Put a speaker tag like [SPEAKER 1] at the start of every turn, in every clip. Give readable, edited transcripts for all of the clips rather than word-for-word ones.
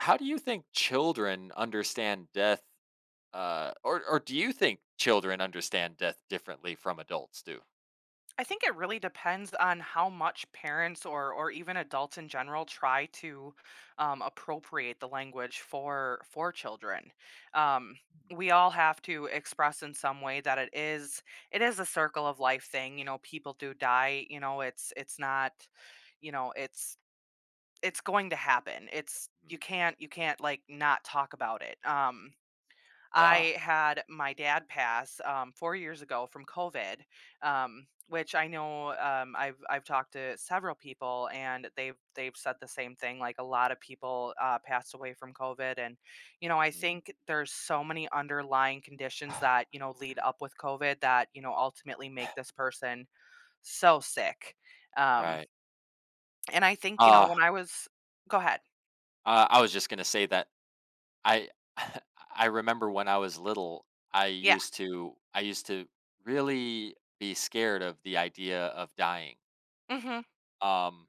[SPEAKER 1] How do you think children understand death, or do you think children understand death differently from adults do?
[SPEAKER 2] I think it really depends on how much parents or even adults in general try to appropriate the language for children. Um, we all have to express in some way that it is a circle of life thing. You know, people do die. You know, it's not. You know, it's going to happen. It's
[SPEAKER 1] Mm,
[SPEAKER 2] you can't like not talk about it. Um,
[SPEAKER 1] yeah.
[SPEAKER 2] I had my dad pass 4 years ago from COVID, which I know. I've talked to several people, and they've said the same thing. Like, a lot of people passed away from COVID, and, you know, I
[SPEAKER 1] Mm.
[SPEAKER 2] think there's so many underlying conditions that, you know, lead up with COVID that, you know, ultimately make this person so sick. Um,
[SPEAKER 1] Right.
[SPEAKER 2] and I think, you know,
[SPEAKER 1] Uh,
[SPEAKER 2] when I was— go ahead.
[SPEAKER 1] I was just gonna say that I I remember when I was little, I
[SPEAKER 2] Yeah.
[SPEAKER 1] used to I used to really be scared of the idea of dying.
[SPEAKER 2] Hmm.
[SPEAKER 1] Um,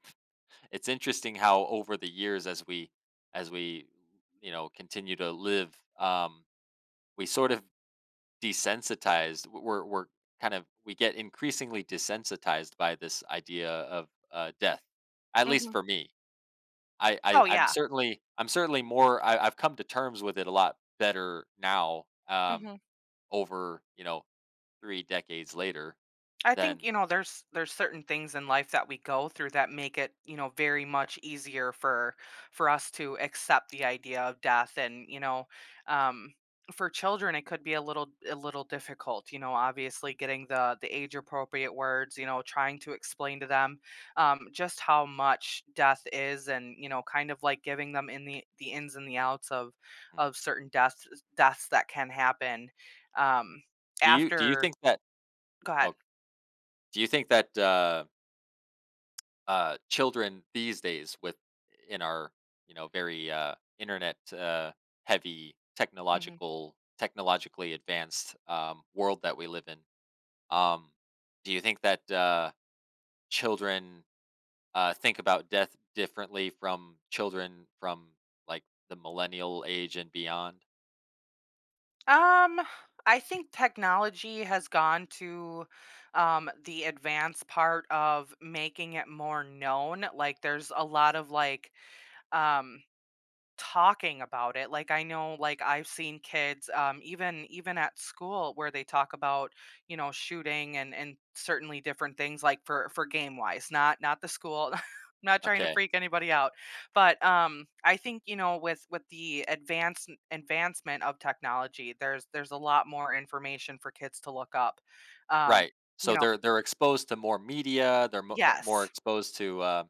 [SPEAKER 1] it's interesting how over the years as we you know continue to live, we sort of desensitized. We're kind of we get increasingly desensitized by this idea of death. At least
[SPEAKER 2] Hmm.
[SPEAKER 1] for me, I
[SPEAKER 2] Oh, yeah.
[SPEAKER 1] I'm certainly more. I've come to terms with it a lot better now.
[SPEAKER 2] Mm-hmm.
[SPEAKER 1] Over you know three decades later
[SPEAKER 2] I
[SPEAKER 1] than.
[SPEAKER 2] think, you know, there's certain things in life that we go through that make it, you know, very much easier for us to accept the idea of death. And, you know, um for children it could be a little difficult, you know, obviously getting the age appropriate words, you know, trying to explain to them just how much death is. And, you know, kind of like giving them in the ins and the outs of
[SPEAKER 1] Mhm,
[SPEAKER 2] of certain deaths that can happen
[SPEAKER 1] mhm.
[SPEAKER 2] um
[SPEAKER 1] Do you
[SPEAKER 2] after—
[SPEAKER 1] think that?
[SPEAKER 2] go ahead.
[SPEAKER 1] Oh, do you think that? Children these days with in our you know very internet heavy technologically advanced world that we live in um, do you think that children think about death differently from children from like the millennial age and beyond?
[SPEAKER 2] Um, I think technology has gone to the advanced part of making it more known. Like, there's a lot of, like, um, talking about it. Like, I know, like, I've seen kids even at school where they talk about, you know, shooting and certainly different things, like for game wise, not the school. I'm not trying to
[SPEAKER 1] Okay,
[SPEAKER 2] freak anybody out. But I think, you know, with the advanced advancement of technology, there's a lot more information for kids to look up. um
[SPEAKER 1] right,
[SPEAKER 2] you
[SPEAKER 1] so
[SPEAKER 2] know
[SPEAKER 1] they're exposed to more media, they're more
[SPEAKER 2] yes.
[SPEAKER 1] exposed to uh,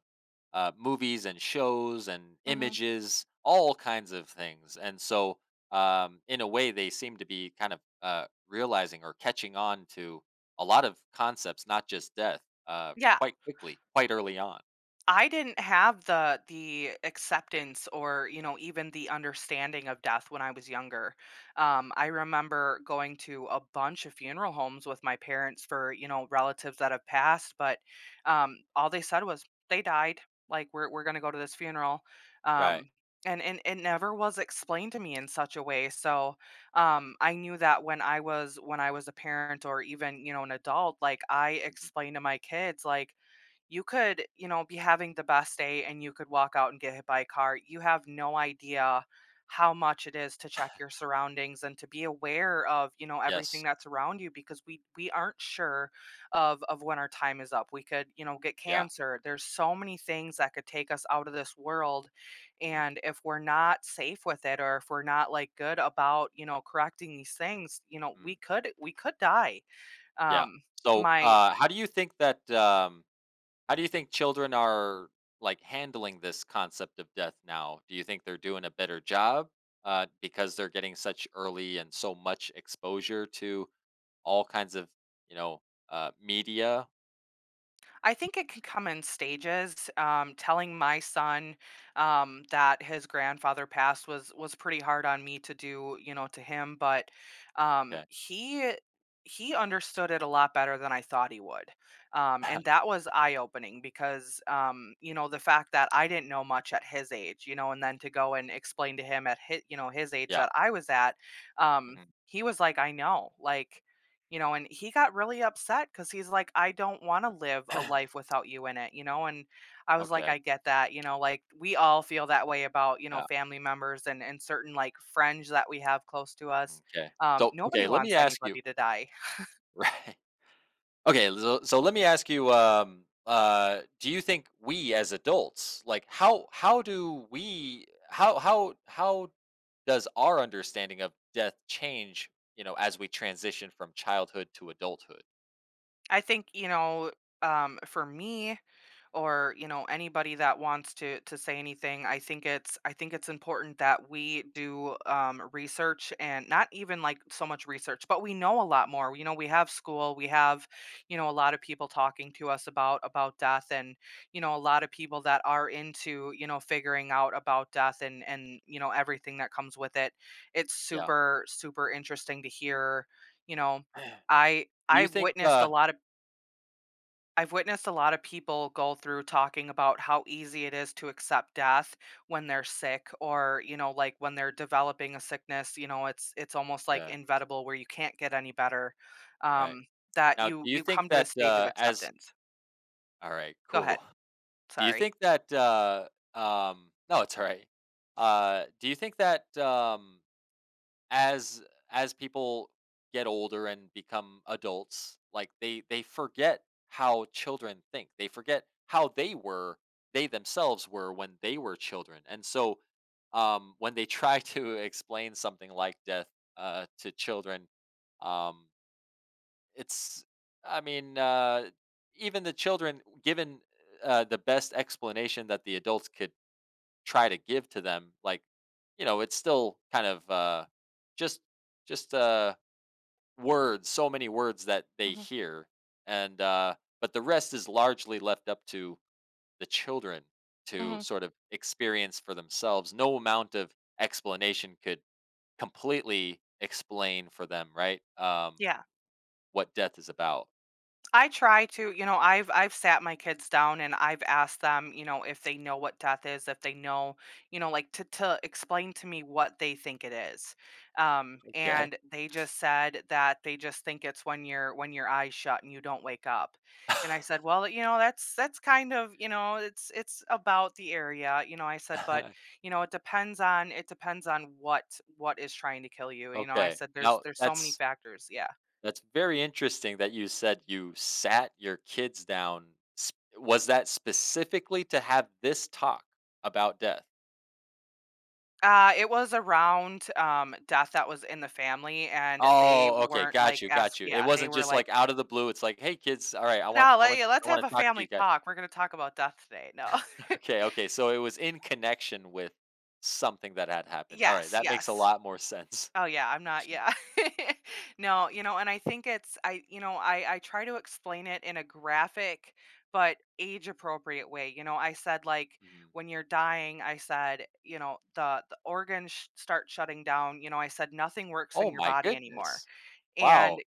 [SPEAKER 1] uh, movies and shows and
[SPEAKER 2] Hmm.
[SPEAKER 1] images, all kinds of things. And so, in a way, they seem to be kind of realizing or catching on to a lot of concepts, not just death,
[SPEAKER 2] Yeah.
[SPEAKER 1] quite quickly, quite early on.
[SPEAKER 2] I didn't have the acceptance or, you know, even the understanding of death when I was younger. I remember going to a bunch of funeral homes with my parents for, you know, relatives that have passed, but all they said was they died. Like, we're gonna go to this funeral.
[SPEAKER 1] Right.
[SPEAKER 2] Um, and it never was explained to me in such a way. So I knew that when I was a parent or even, you know, an adult. Like, I
[SPEAKER 1] Mhm.
[SPEAKER 2] explained to my kids, like, you could, you know, be having the best day and you could walk out and get hit by a car. You have no idea how much it is to check your surroundings and to be aware of, you know, everything
[SPEAKER 1] Yes.
[SPEAKER 2] that's around you, because we aren't sure of when our time is up. We could, you know, get
[SPEAKER 1] Yeah.
[SPEAKER 2] cancer. There's so many things that could take us out of this world.
[SPEAKER 1] Hmm.
[SPEAKER 2] And if we're not safe with it, or if we're not, like, good about, you know, correcting these things, you know,
[SPEAKER 1] Mm.
[SPEAKER 2] we could die.
[SPEAKER 1] Yeah.
[SPEAKER 2] Um
[SPEAKER 1] So,
[SPEAKER 2] my
[SPEAKER 1] how do you think that? How do you think children are like handling this concept of death now? Do you think they're doing a better job because they're getting such early and so much exposure to all kinds of you know media?
[SPEAKER 2] I think it can come in stages. Telling my son that his grandfather passed was pretty hard on me to do, you know, to him. But um,
[SPEAKER 1] Okay,
[SPEAKER 2] he he understood it a lot better than I thought he would, and that was eye opening, because you know, the fact that I didn't know much at his age, you know, and then to go and explain to him at, his you know, his age
[SPEAKER 1] yeah.
[SPEAKER 2] that I was at. Um,
[SPEAKER 1] Mhm.
[SPEAKER 2] he was like, I know, like, you know. And he got really upset because he's like, "I don't wanna live a life without you in it," you know. And I was like,
[SPEAKER 1] Okay,
[SPEAKER 2] "I get that," you know, like, we all feel that way about, you know,
[SPEAKER 1] yeah.
[SPEAKER 2] family members and certain, like, friends that we have close to us.
[SPEAKER 1] Okay.
[SPEAKER 2] Um,
[SPEAKER 1] So
[SPEAKER 2] nobody
[SPEAKER 1] okay, let me
[SPEAKER 2] wants
[SPEAKER 1] ask you.
[SPEAKER 2] anybody to die.
[SPEAKER 1] Right. Okay, so, let me ask you do you think we as adults like how do we how does our understanding of death change, you know, as we transition from childhood to adulthood?
[SPEAKER 2] I think, you know, for me, or, you know, anybody that wants to say anything, I think it's important that we do research. And not even like so much research, but we know a lot more. You know, we have school, we have, you know, a lot of people talking to us about death. And, you know, a lot of people that are into, you know, figuring out about death, and, you know, everything that comes with it. It's
[SPEAKER 1] Yeah.
[SPEAKER 2] super super interesting to hear. You know, i
[SPEAKER 1] Do you
[SPEAKER 2] i've
[SPEAKER 1] think
[SPEAKER 2] witnessed a lot of I've witnessed a lot of people go through talking about how easy it is to accept death when they're sick. Or, you know, like, when they're developing a sickness, you know, it's almost like
[SPEAKER 1] okay,
[SPEAKER 2] inevitable, where you can't get any better.
[SPEAKER 1] right.
[SPEAKER 2] Um, that
[SPEAKER 1] Now, do
[SPEAKER 2] you
[SPEAKER 1] you
[SPEAKER 2] you
[SPEAKER 1] think
[SPEAKER 2] come to the
[SPEAKER 1] that
[SPEAKER 2] stage of
[SPEAKER 1] as
[SPEAKER 2] acceptance.
[SPEAKER 1] all right,
[SPEAKER 2] Go ahead.
[SPEAKER 1] cool. Do you
[SPEAKER 2] Sorry.
[SPEAKER 1] think that no, it's all right. Uh, do you think that as as people get older and become adults, like they forget how children think. They forget how they were, they themselves were when they were children. And so when they try to explain something like death to children, um it's I mean even the children given the best explanation that the adults could try to give to them, like, you know, it's still kind of just just words, so many words that they
[SPEAKER 2] Hmm.
[SPEAKER 1] hear, and but the rest is largely left up to the children to
[SPEAKER 2] Hmm.
[SPEAKER 1] sort of experience for themselves. No amount of explanation could completely explain for them, right?
[SPEAKER 2] Yeah.
[SPEAKER 1] What death is about.
[SPEAKER 2] I try to, you know, I've sat my kids down and I've asked them, you know, if they know what death is, if they know, you know, like, to explain to me what they think it is. Um
[SPEAKER 1] Okay.
[SPEAKER 2] and they just said that they just think it's when your eyes shut and you don't wake up. And I said, "Well, you know, that's kind of, you know, it's about the area." You know, I said, "But, you know, it depends on what is trying to kill you." You know, I
[SPEAKER 1] Okay.
[SPEAKER 2] said there's
[SPEAKER 1] Now
[SPEAKER 2] there's so many
[SPEAKER 1] that's
[SPEAKER 2] factors. Yeah.
[SPEAKER 1] That's very interesting that you said you sat your kids down. S- was that specifically to have this talk about death?
[SPEAKER 2] It was around, death that was in the family, and they
[SPEAKER 1] Oh, okay,
[SPEAKER 2] weren't,
[SPEAKER 1] got
[SPEAKER 2] like,
[SPEAKER 1] you,
[SPEAKER 2] ask
[SPEAKER 1] got you. It
[SPEAKER 2] yeah, they
[SPEAKER 1] wasn't
[SPEAKER 2] were
[SPEAKER 1] just
[SPEAKER 2] like,
[SPEAKER 1] like out of the blue. It's like, hey, kids, all right,
[SPEAKER 2] "No, let yeah, let's
[SPEAKER 1] I
[SPEAKER 2] have
[SPEAKER 1] want
[SPEAKER 2] a
[SPEAKER 1] to talk to you
[SPEAKER 2] family
[SPEAKER 1] guys.
[SPEAKER 2] talk. We're gonna talk about death today." No.
[SPEAKER 1] Okay, okay. So it was in connection with something that had happened. All right,
[SPEAKER 2] Yes,
[SPEAKER 1] that makes a
[SPEAKER 2] yes.
[SPEAKER 1] lot more sense.
[SPEAKER 2] Oh, yeah, I'm not, yeah. No, you know, and I think it's I, you know, I try to explain it in a graphic but age-appropriate way. You know, I said, like,
[SPEAKER 1] Mhm.
[SPEAKER 2] "When you're dying," I said, you know, "The organs sh— start shutting down." You know, I said, "Nothing works
[SPEAKER 1] Oh
[SPEAKER 2] in your
[SPEAKER 1] my
[SPEAKER 2] body anymore."
[SPEAKER 1] goodness!
[SPEAKER 2] And
[SPEAKER 1] Wow.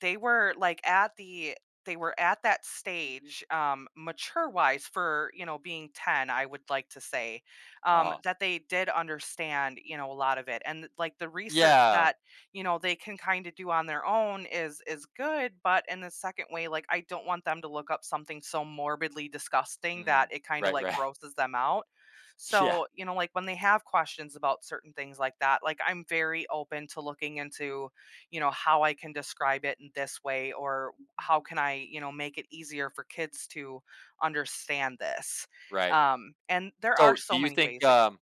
[SPEAKER 2] they were, like, at the— they were at that stage, mature-wise for, you know, being 10, I would like to say,
[SPEAKER 1] Uh huh.
[SPEAKER 2] that they did understand, you know, a lot of it. And, like, the research
[SPEAKER 1] Yeah.
[SPEAKER 2] that, you know, they can kinda do on their own is good, but in the second way, like, I don't want them to look up something so morbidly disgusting
[SPEAKER 1] Mm,
[SPEAKER 2] that it kinda,
[SPEAKER 1] right.
[SPEAKER 2] like,
[SPEAKER 1] Right.
[SPEAKER 2] grosses them out.
[SPEAKER 1] Yeah.
[SPEAKER 2] So, you know, like, when they have questions about certain things like that, like, I'm very open to looking into, you know, how I can describe it in this way, or how can I, you know, make it easier for kids to understand this.
[SPEAKER 1] Right.
[SPEAKER 2] And there are
[SPEAKER 1] So, do
[SPEAKER 2] so
[SPEAKER 1] you
[SPEAKER 2] many
[SPEAKER 1] think?
[SPEAKER 2] ways that—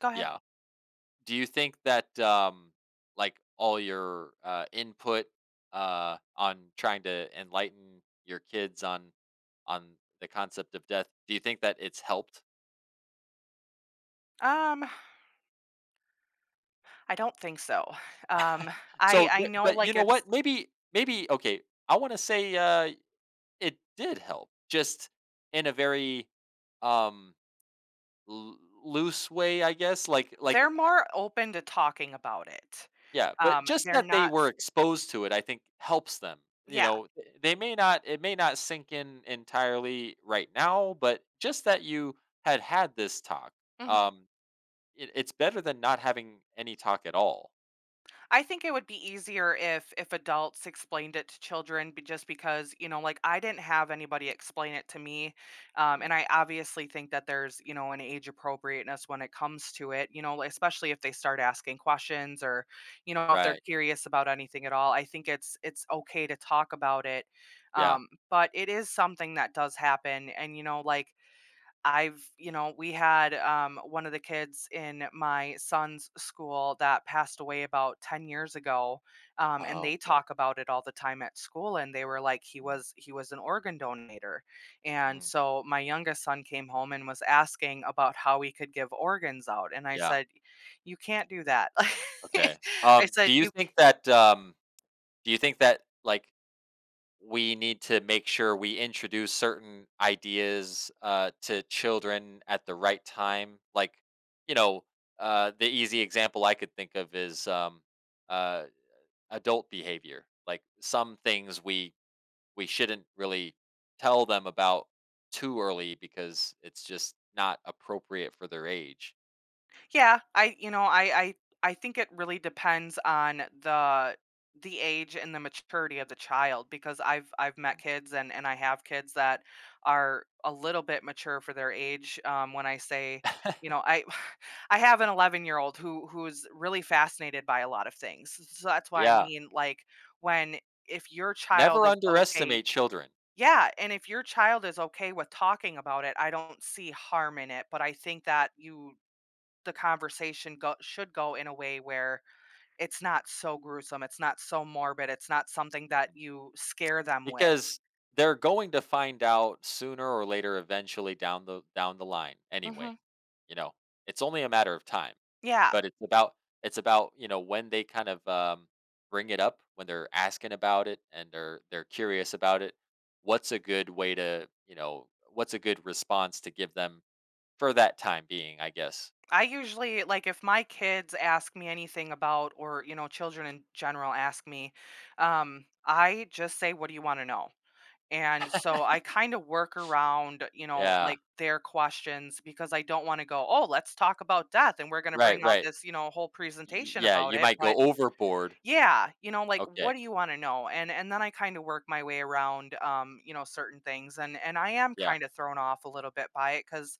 [SPEAKER 2] go ahead.
[SPEAKER 1] Yeah. Do you think that, like, all your, input, on trying to enlighten your kids on the concept of death, do you think that it's helped?
[SPEAKER 2] Um, I don't think so. Um, I
[SPEAKER 1] So,
[SPEAKER 2] I
[SPEAKER 1] th
[SPEAKER 2] know,
[SPEAKER 1] but you
[SPEAKER 2] like,
[SPEAKER 1] know
[SPEAKER 2] it's
[SPEAKER 1] what? Maybe maybe okay, I wanna say, it did help, just in a very, um, l loose way, I guess,
[SPEAKER 2] they're
[SPEAKER 1] like
[SPEAKER 2] more open to talking about it.
[SPEAKER 1] yeah, but just
[SPEAKER 2] They're
[SPEAKER 1] that they
[SPEAKER 2] not
[SPEAKER 1] were
[SPEAKER 2] s
[SPEAKER 1] exposed to it, I think helps them. You
[SPEAKER 2] Yeah.
[SPEAKER 1] know, th- they may not it may not sink in entirely right now, but just that you had had this talk,
[SPEAKER 2] Mhm.
[SPEAKER 1] um, it, it's better than not having any talk at all.
[SPEAKER 2] I think it would be easier if adults explained it to children. Be— just because, you know, like, I didn't have anybody explain it to me, and
[SPEAKER 1] Mm,
[SPEAKER 2] I obviously think that there's, you know, an age appropriateness when it comes to it. You know, like, especially if they start asking questions, or, you know, if they're
[SPEAKER 1] right?
[SPEAKER 2] curious about anything at all, I think it's okay to talk about it,
[SPEAKER 1] Yeah.
[SPEAKER 2] but it is something that does happen. And, you know, like, I've, you know, we had one of the kids in my son's school that passed away about 10 years ago. And
[SPEAKER 1] Oh,
[SPEAKER 2] they
[SPEAKER 1] okay.
[SPEAKER 2] talk about it all the time at school. And they were like, he
[SPEAKER 1] Mm,
[SPEAKER 2] was— he was an organ donator. And
[SPEAKER 1] mm,
[SPEAKER 2] so my youngest son came home and was asking about how we could give organs out. And I
[SPEAKER 1] yeah.
[SPEAKER 2] said, you can't do that.
[SPEAKER 1] Okay.
[SPEAKER 2] I
[SPEAKER 1] Do
[SPEAKER 2] said,
[SPEAKER 1] you
[SPEAKER 2] you—
[SPEAKER 1] think that? Do you think that like we need to make sure we introduce certain ideas to children at the right time. Like, you know, the easy example I could think of is uh, adult behavior. Like some things we shouldn't really tell them about too early because it's just not appropriate for their age.
[SPEAKER 2] yeah, I, you know, I think it really depends on the age and the maturity of the child, because I've met kids, and I have kids that are a little bit mature for their age. When I say, you
[SPEAKER 1] Mhm.
[SPEAKER 2] know, I— I have an 11-year-old who's really fascinated by a lot of things. So that's why I
[SPEAKER 1] Yeah,
[SPEAKER 2] mean, like, when if your child
[SPEAKER 1] never
[SPEAKER 2] is okay
[SPEAKER 1] underestimate children.
[SPEAKER 2] yeah, and if your child is okay with talking about it, I don't see harm in it. But I think that you— the conversation go should go in a way where it's not so gruesome, it's not so morbid, it's not something that
[SPEAKER 1] Mm-hmm.
[SPEAKER 2] you scare them with.
[SPEAKER 1] Because they're going to find out sooner or later eventually down the line anyway.
[SPEAKER 2] Mhm.
[SPEAKER 1] You know, it's only a matter of time.
[SPEAKER 2] Yeah.
[SPEAKER 1] But you know, when they kind of bring it up, when they're asking about it and they're curious about it, what's a good way to, you know, what's a good response to give them for that time being, I guess.
[SPEAKER 2] I usually, like, if my kids ask me anything about, or, you know, children in general ask me, I just say, "What do you wanna know?" And so I kinda work around, you know,
[SPEAKER 1] Yeah.
[SPEAKER 2] like, their questions, because I don't wanna go, "Oh, let's talk about death, and we're gonna
[SPEAKER 1] Right,
[SPEAKER 2] bring out
[SPEAKER 1] right.
[SPEAKER 2] this, you know, whole
[SPEAKER 1] Y- y-
[SPEAKER 2] presentation
[SPEAKER 1] yeah,
[SPEAKER 2] about
[SPEAKER 1] you
[SPEAKER 2] it."
[SPEAKER 1] might go
[SPEAKER 2] But
[SPEAKER 1] overboard.
[SPEAKER 2] yeah, you know, like,
[SPEAKER 1] Okay.
[SPEAKER 2] what do you want to know? And then I kind of work my way around, you know, certain things. And I am
[SPEAKER 1] Yeah,
[SPEAKER 2] kind of thrown off a little bit by it because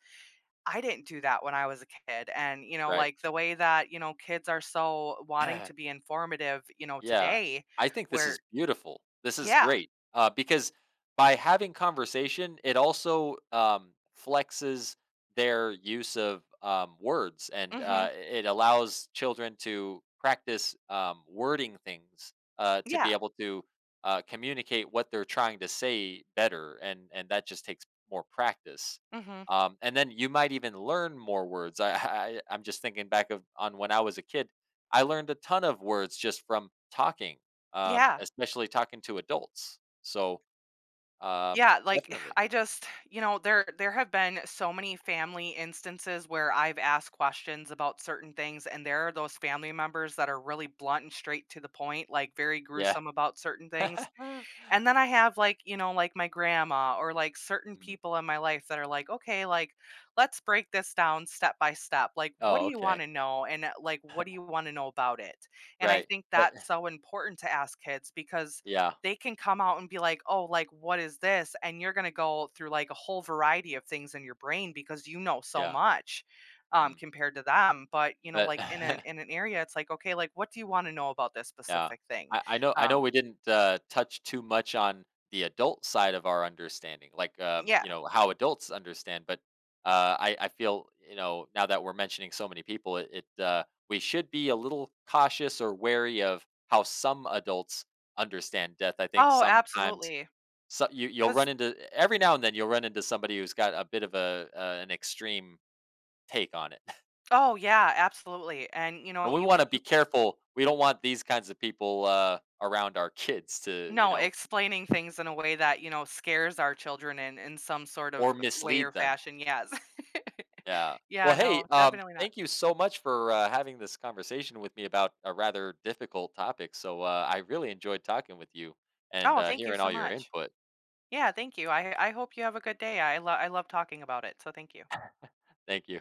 [SPEAKER 2] I didn't do that when I was a kid. And, you know,
[SPEAKER 1] right.
[SPEAKER 2] like, the way that, you know, kids are so wanting to be informative, you know,
[SPEAKER 1] Yeah.
[SPEAKER 2] today,
[SPEAKER 1] I think this
[SPEAKER 2] where—
[SPEAKER 1] is beautiful. This is
[SPEAKER 2] yeah.
[SPEAKER 1] great. Because by having conversation, it also flexes their use of words and
[SPEAKER 2] Hmm.
[SPEAKER 1] it allows children to practice wording things to be
[SPEAKER 2] Yeah.
[SPEAKER 1] able to communicate what they're trying to say better. And that just takes more practice.
[SPEAKER 2] Hmm.
[SPEAKER 1] And then you might even learn more words. I I'm just thinking back of on when I was a kid. I learned a ton of words just from talking,
[SPEAKER 2] Yeah.
[SPEAKER 1] especially talking to adults. So,
[SPEAKER 2] Yeah, like,
[SPEAKER 1] definitely.
[SPEAKER 2] I just, you know, there have been so many family instances where I've asked questions about certain things, and there are those family members that are really blunt and straight to the point, like, very
[SPEAKER 1] Yeah.
[SPEAKER 2] gruesome about certain things. And then I have, like, you know, like, my grandma, or, like, certain
[SPEAKER 1] Mhm.
[SPEAKER 2] people in my life that are like, okay, like, let's break this down step by step. Like, what do
[SPEAKER 1] Oh,
[SPEAKER 2] you want
[SPEAKER 1] okay.
[SPEAKER 2] to know? And, like, what do you want to know about it? And I
[SPEAKER 1] Right.
[SPEAKER 2] think
[SPEAKER 1] But
[SPEAKER 2] that's so important to ask kids, because
[SPEAKER 1] yeah,
[SPEAKER 2] they can come out and be like, oh, like, what is this? And you're going to go through, like, a whole variety of things in your brain, because you know so
[SPEAKER 1] yeah.
[SPEAKER 2] much
[SPEAKER 1] Mhm.
[SPEAKER 2] compared to them. But, you know,
[SPEAKER 1] But
[SPEAKER 2] like, in an in an area, it's like, okay, like, what do you want to know about this
[SPEAKER 1] Yeah.
[SPEAKER 2] specific thing.
[SPEAKER 1] I know
[SPEAKER 2] um
[SPEAKER 1] we didn't, touch too much on the adult side of our understanding, like,
[SPEAKER 2] yeah.
[SPEAKER 1] you know, how adults understand, but, I feel, you know, now that we're mentioning so many people, it, we should be a little cautious or wary of how some adults understand death. I think
[SPEAKER 2] Oh,
[SPEAKER 1] sometimes
[SPEAKER 2] absolutely.
[SPEAKER 1] so you you'll run
[SPEAKER 2] Cause,
[SPEAKER 1] into every now and then you'll run into somebody who's got a bit of a, an extreme take on it.
[SPEAKER 2] oh, yeah, absolutely. And, you know,
[SPEAKER 1] And we
[SPEAKER 2] you c
[SPEAKER 1] wanna be
[SPEAKER 2] you
[SPEAKER 1] careful. We don't want these kinds of people, around our kids to, you
[SPEAKER 2] no,
[SPEAKER 1] know
[SPEAKER 2] explaining things in a way that, you know, scares our children in some sort of
[SPEAKER 1] or
[SPEAKER 2] way or
[SPEAKER 1] mislead them.
[SPEAKER 2] fashion, yes.
[SPEAKER 1] Yeah.
[SPEAKER 2] Yeah,
[SPEAKER 1] Well, hey,
[SPEAKER 2] no, definitely not.
[SPEAKER 1] thank you so much for having this conversation with me about a rather difficult topic. So I really enjoyed talking with you and
[SPEAKER 2] Oh, thank you
[SPEAKER 1] hearing
[SPEAKER 2] so
[SPEAKER 1] all your
[SPEAKER 2] much.
[SPEAKER 1] input.
[SPEAKER 2] Yeah, thank you. I hope you have a good day. I love talking about it. So thank you.
[SPEAKER 1] Thank you.